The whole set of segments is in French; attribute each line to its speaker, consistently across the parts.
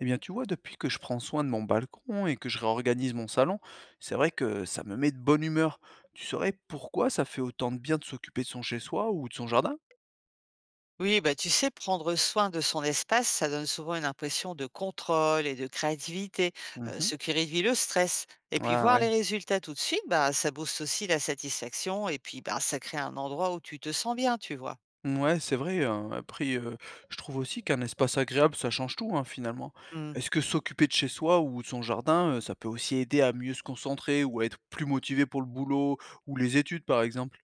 Speaker 1: Eh bien, tu vois, depuis que je prends soin de mon balcon et que je réorganise mon salon, c'est vrai que ça me met de bonne humeur. Tu saurais pourquoi ça fait autant de bien de s'occuper de son chez-soi ou de son jardin?
Speaker 2: Oui, bah, tu sais, prendre soin de son espace, ça donne souvent une impression de contrôle et de créativité, ce
Speaker 1: Mhm.
Speaker 2: qui réduit le stress. Et puis
Speaker 1: Ah
Speaker 2: voir
Speaker 1: ouais.
Speaker 2: les résultats tout de suite, bah, ça booste aussi la satisfaction et puis bah, ça crée un endroit où tu te sens bien, tu vois.
Speaker 1: Ouais, c'est vrai, hein. Après, je trouve aussi qu'un espace agréable, ça change tout, hein, finalement.
Speaker 2: Mm.
Speaker 1: Est-ce que s'occuper de chez soi ou de son jardin, ça peut aussi aider à mieux se concentrer ou à être plus motivé pour le boulot ou les études, par exemple?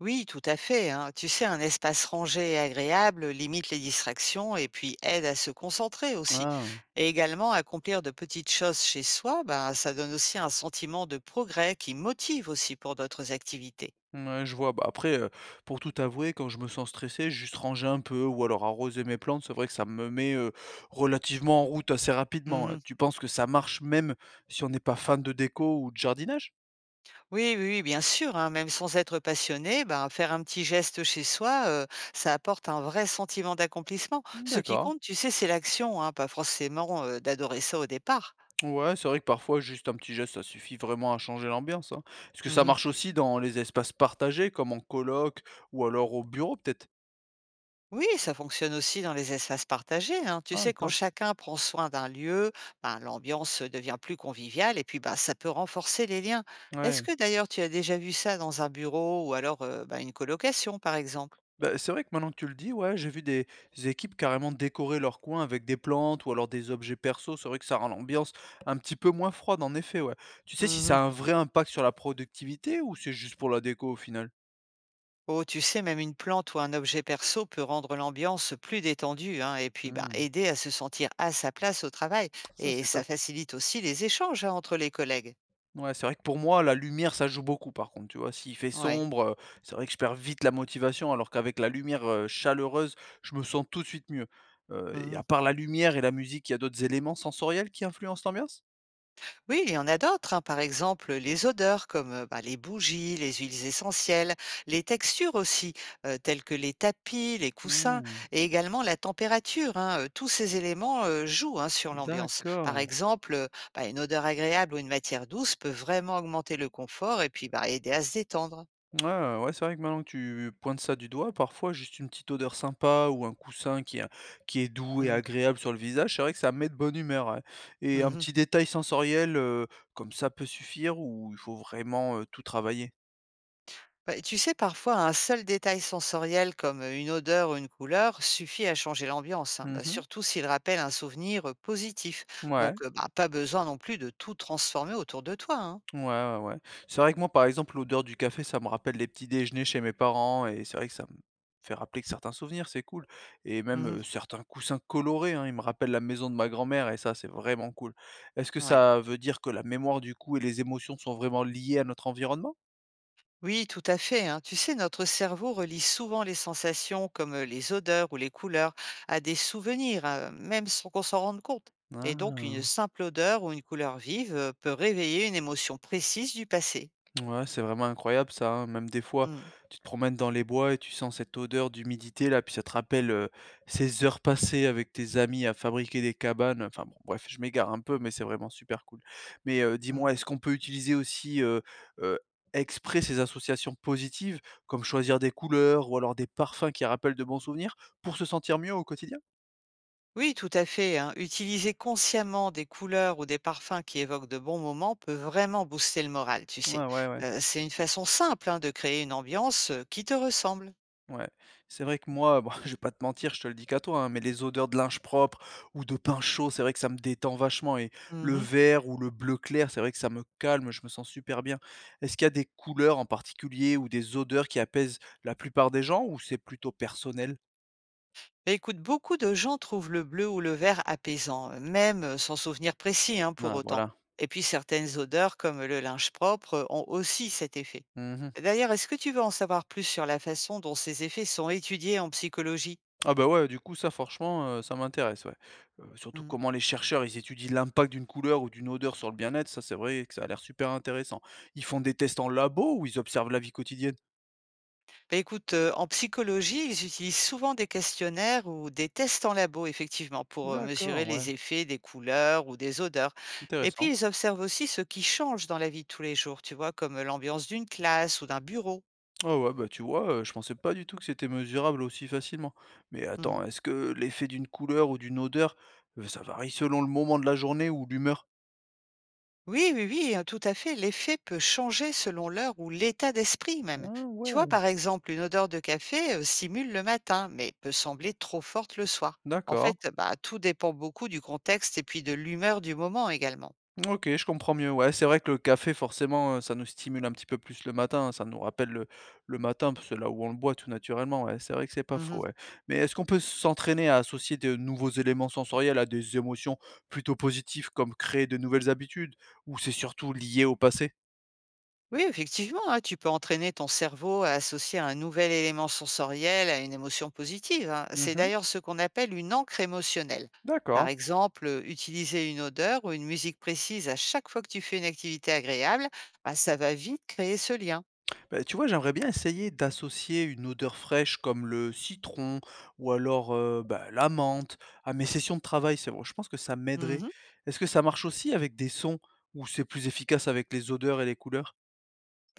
Speaker 2: Oui, tout à fait, hein. Tu sais, un espace rangé et agréable limite les distractions et puis aide à se concentrer aussi.
Speaker 1: Ah.
Speaker 2: Et également, accomplir de petites choses chez soi, bah, ça donne aussi un sentiment de progrès qui motive aussi pour d'autres activités.
Speaker 1: Mouais, je vois. Bah, après, pour tout avouer, quand je me sens stressé, je juste ranger un peu ou alors arroser mes plantes, c'est vrai que ça me met, relativement en route assez rapidement, hein.
Speaker 2: Mhm.
Speaker 1: Tu penses que ça marche même si on n'est pas fan de déco ou de jardinage?
Speaker 2: Oui, oui, oui, bien sûr, hein, même sans être passionné, ben, faire un petit geste chez soi, ça apporte un vrai sentiment d'accomplissement. Ce qui
Speaker 1: D'accord.
Speaker 2: compte, tu sais, c'est l'action, hein, pas forcément, d'adorer ça au départ.
Speaker 1: Ouais, c'est vrai que parfois juste un petit geste, ça suffit vraiment à changer l'ambiance, hein. Est-ce que ça
Speaker 2: Mmh.
Speaker 1: marche aussi dans les espaces partagés comme en coloc ou alors au bureau peut-être?
Speaker 2: Oui, ça fonctionne aussi dans les espaces partagés, hein. Tu
Speaker 1: Ah,
Speaker 2: sais, quand
Speaker 1: top.
Speaker 2: chacun prend soin d'un lieu, ben, l'ambiance devient plus conviviale et puis, bah, ça peut renforcer les liens. Est-ce
Speaker 1: Ouais.
Speaker 2: que d'ailleurs tu as déjà vu ça dans un bureau ou alors, bah, une colocation, par exemple?
Speaker 1: Bah, c'est vrai que maintenant que tu le dis, ouais, j'ai vu des équipes carrément décorer leur coin avec des plantes ou alors des objets perso. C'est vrai que ça rend l'ambiance un petit peu moins froide, en effet, ouais. Tu sais si ça
Speaker 2: Mmh.
Speaker 1: a un vrai impact sur la productivité ou c'est juste pour la déco au final?
Speaker 2: Oh, tu sais, même une plante ou un objet perso peut rendre l'ambiance plus détendue, hein, et puis bah,
Speaker 1: Hmm,
Speaker 2: aider à se sentir à sa place au travail.
Speaker 1: ça,
Speaker 2: Et
Speaker 1: c'est
Speaker 2: ça
Speaker 1: top.
Speaker 2: facilite aussi les échanges, hein, entre les collègues.
Speaker 1: Ouais, c'est vrai que pour moi, la lumière, ça joue beaucoup, par contre, tu vois. S'il fait
Speaker 2: Ouais.
Speaker 1: sombre, c'est vrai que je perds vite la motivation, alors qu'avec la lumière chaleureuse, je me sens tout de suite mieux. Et
Speaker 2: Mhm.
Speaker 1: à part la lumière et la musique, il y a d'autres éléments sensoriels qui influencent l'ambiance?
Speaker 2: Oui, il y en a d'autres, hein. Par exemple, les odeurs comme bah, les bougies, les huiles essentielles, les textures aussi, telles que les tapis, les coussins,
Speaker 1: Hmm,
Speaker 2: et également la température, hein. Tous ces éléments jouent, hein, sur l'ambiance. Par
Speaker 1: d'accord.
Speaker 2: exemple, bah, une odeur agréable ou une matière douce peut vraiment augmenter le confort et puis bah, aider à se détendre.
Speaker 1: Ouais, ouais, c'est vrai que maintenant que tu pointes ça du doigt, parfois juste une petite odeur sympa ou un coussin qui est doux et
Speaker 2: Mm.
Speaker 1: agréable sur le visage, c'est vrai que ça met de bonne humeur, ouais. Et un
Speaker 2: Mhm.
Speaker 1: petit détail sensoriel comme ça peut suffire ou il faut vraiment tout travailler.
Speaker 2: Bah, tu sais, parfois, un seul détail sensoriel comme une odeur ou une couleur suffit à changer l'ambiance, hein, bah,
Speaker 1: Mhm.
Speaker 2: surtout s'il rappelle un souvenir positif.
Speaker 1: Ouais.
Speaker 2: Donc, bah, pas besoin non plus de tout transformer autour de toi, hein.
Speaker 1: Ouais, ouais, ouais. C'est vrai que moi, par exemple, l'odeur du café, ça me rappelle les petits déjeuners chez mes parents et c'est vrai que ça me fait rappeler que certains souvenirs, c'est cool. Et même
Speaker 2: Mhm.
Speaker 1: certains coussins colorés, hein, ils me rappellent la maison de ma grand-mère et ça, c'est vraiment cool. Est-ce que
Speaker 2: Ouais.
Speaker 1: ça veut dire que la mémoire du coup et les émotions sont vraiment liées à notre environnement?
Speaker 2: Oui, tout à fait, hein. Tu sais, notre cerveau relie souvent les sensations comme les odeurs ou les couleurs à des souvenirs, hein, même sans qu'on s'en rende compte. Et donc, une
Speaker 1: Ah.
Speaker 2: simple odeur ou une couleur vive peut réveiller une émotion précise du passé.
Speaker 1: Ouais, c'est vraiment incroyable ça, hein. Même des fois,
Speaker 2: Mm,
Speaker 1: tu te promènes dans les bois et tu sens cette odeur d'humidité là, puis ça te rappelle ces heures passées avec tes amis à fabriquer des cabanes. Enfin bon, bref, je m'égare un peu, mais c'est vraiment super cool. Mais
Speaker 2: mm.
Speaker 1: dis-moi, est-ce qu'on peut utiliser aussi euh, exprès ces associations positives, comme choisir des couleurs ou alors des parfums qui rappellent de bons souvenirs, pour se sentir mieux au quotidien?
Speaker 2: Oui, tout à fait, hein. Utiliser consciemment des couleurs ou des parfums qui évoquent de bons moments peut vraiment booster le moral, tu sais.
Speaker 1: Ouais, ouais, ouais.
Speaker 2: C'est une façon simple, hein, de créer une ambiance qui te ressemble.
Speaker 1: Ouais, c'est vrai que moi, bon, je vais pas te mentir, je te le dis qu'à toi, hein, mais les odeurs de linge propre ou de pain chaud, c'est vrai que ça me détend vachement. Et le
Speaker 2: Mhm.
Speaker 1: vert ou le bleu clair, c'est vrai que ça me calme, je me sens super bien. Est-ce qu'il y a des couleurs en particulier ou des odeurs qui apaisent la plupart des gens ou c'est plutôt personnel?
Speaker 2: Mais écoute, beaucoup de gens trouvent le bleu ou le vert apaisant, même sans souvenir précis, hein, pour
Speaker 1: Ah,
Speaker 2: autant.
Speaker 1: voilà.
Speaker 2: Et puis certaines odeurs, comme le linge propre, ont aussi cet effet.
Speaker 1: Mhm.
Speaker 2: D'ailleurs, est-ce que tu veux en savoir plus sur la façon dont ces effets sont étudiés en psychologie?
Speaker 1: Ah bah ouais, du coup, ça, franchement, ça m'intéresse, ouais. Surtout
Speaker 2: Mmh.
Speaker 1: comment les chercheurs, ils étudient l'impact d'une couleur ou d'une odeur sur le bien-être, ça, c'est vrai que ça a l'air super intéressant. Ils font des tests en labo ou ils observent la vie quotidienne?
Speaker 2: Bah, écoute, en psychologie, ils utilisent souvent des questionnaires ou des tests en labo, effectivement, pour, mesurer
Speaker 1: D'accord, ouais,
Speaker 2: les effets des couleurs ou des odeurs. Et puis,
Speaker 1: intéressant.
Speaker 2: ils observent aussi ce qui change dans la vie de tous les jours, tu vois, comme l'ambiance d'une classe ou d'un bureau.
Speaker 1: Ah ouais, bah tu vois, je pensais pas du tout que c'était mesurable aussi facilement. Mais
Speaker 2: Mmh.
Speaker 1: attends, est-ce que l'effet d'une couleur ou d'une odeur, ça varie selon le moment de la journée ou l'humeur?
Speaker 2: Oui, oui, oui, tout à fait, l'effet peut changer selon l'heure ou l'état d'esprit même.
Speaker 1: Ah
Speaker 2: Tu vois,
Speaker 1: ouais,
Speaker 2: par exemple, une odeur de café, stimule le matin, mais peut sembler trop forte le soir. En
Speaker 1: d'accord.
Speaker 2: fait, bah, tout dépend beaucoup du contexte et puis de l'humeur du moment également.
Speaker 1: OK, je comprends mieux. Ouais, c'est vrai que le café forcément, ça nous stimule un petit peu plus le matin, hein, ça nous rappelle le matin, parce que c'est là où on le boit tout naturellement, ouais, c'est vrai que c'est pas faux,
Speaker 2: Mhm.
Speaker 1: ouais. Mais est-ce qu'on peut s'entraîner à associer de nouveaux éléments sensoriels à des émotions plutôt positives, comme créer de nouvelles habitudes? Ou c'est surtout lié au passé?
Speaker 2: Oui, effectivement, hein, tu peux entraîner ton cerveau à associer un nouvel élément sensoriel à une émotion positive, hein. C'est
Speaker 1: Mmh.
Speaker 2: d'ailleurs ce qu'on appelle une encre émotionnelle. Par
Speaker 1: D'accord.
Speaker 2: exemple, utiliser une odeur ou une musique précise à chaque fois que tu fais une activité agréable, bah, ça va vite créer ce lien.
Speaker 1: Bah, tu vois, j'aimerais bien essayer d'associer une odeur fraîche comme le citron ou alors, la menthe à mes sessions de travail. C'est vrai, je pense que ça m'aiderait.
Speaker 2: Mhm.
Speaker 1: Est-ce que ça marche aussi avec des sons ou c'est plus efficace avec les odeurs et les couleurs?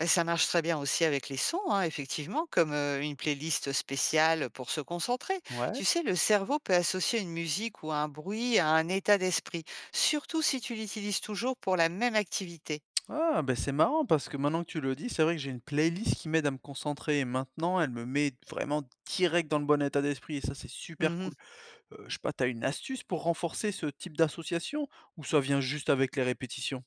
Speaker 2: Et ça marche très bien aussi avec les sons, hein, effectivement, comme une playlist spéciale pour se concentrer.
Speaker 1: Ouais.
Speaker 2: Tu sais, le cerveau peut associer une musique ou un bruit à un état d'esprit, surtout si tu l'utilises toujours pour la même activité.
Speaker 1: Ah, ben c'est marrant parce que maintenant que tu le dis, c'est vrai que j'ai une playlist qui m'aide à me concentrer et maintenant elle me met vraiment direct dans le bon état d'esprit et ça, c'est super
Speaker 2: Mmh.
Speaker 1: cool. Je sais pas, t'as une astuce pour renforcer ce type d'association ou ça vient juste avec les répétitions?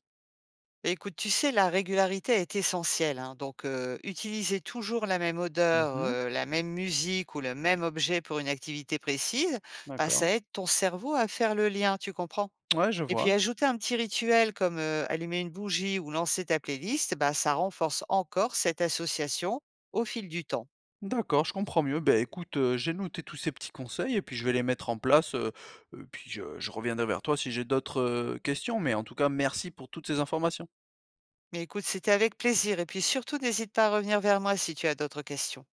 Speaker 2: Écoute, tu sais, la régularité est essentielle, hein, donc utiliser toujours la même odeur,
Speaker 1: Mmh.
Speaker 2: la même musique ou le même objet pour une activité précise, bah, ça
Speaker 1: D'accord.
Speaker 2: aide ton cerveau à faire le lien, tu comprends?
Speaker 1: Ouais, je
Speaker 2: Et puis
Speaker 1: vois.
Speaker 2: ajouter un petit rituel comme, allumer une bougie ou lancer ta playlist, bah, ça renforce encore cette association au fil du temps.
Speaker 1: D'accord, je comprends mieux. Ben écoute, j'ai noté tous ces petits conseils et puis je vais les mettre en place, puis je reviendrai vers toi si j'ai d'autres, questions, mais en tout cas, merci pour toutes ces informations.
Speaker 2: Mais écoute, c'était avec plaisir et puis surtout n'hésite pas à revenir vers moi si tu as d'autres questions.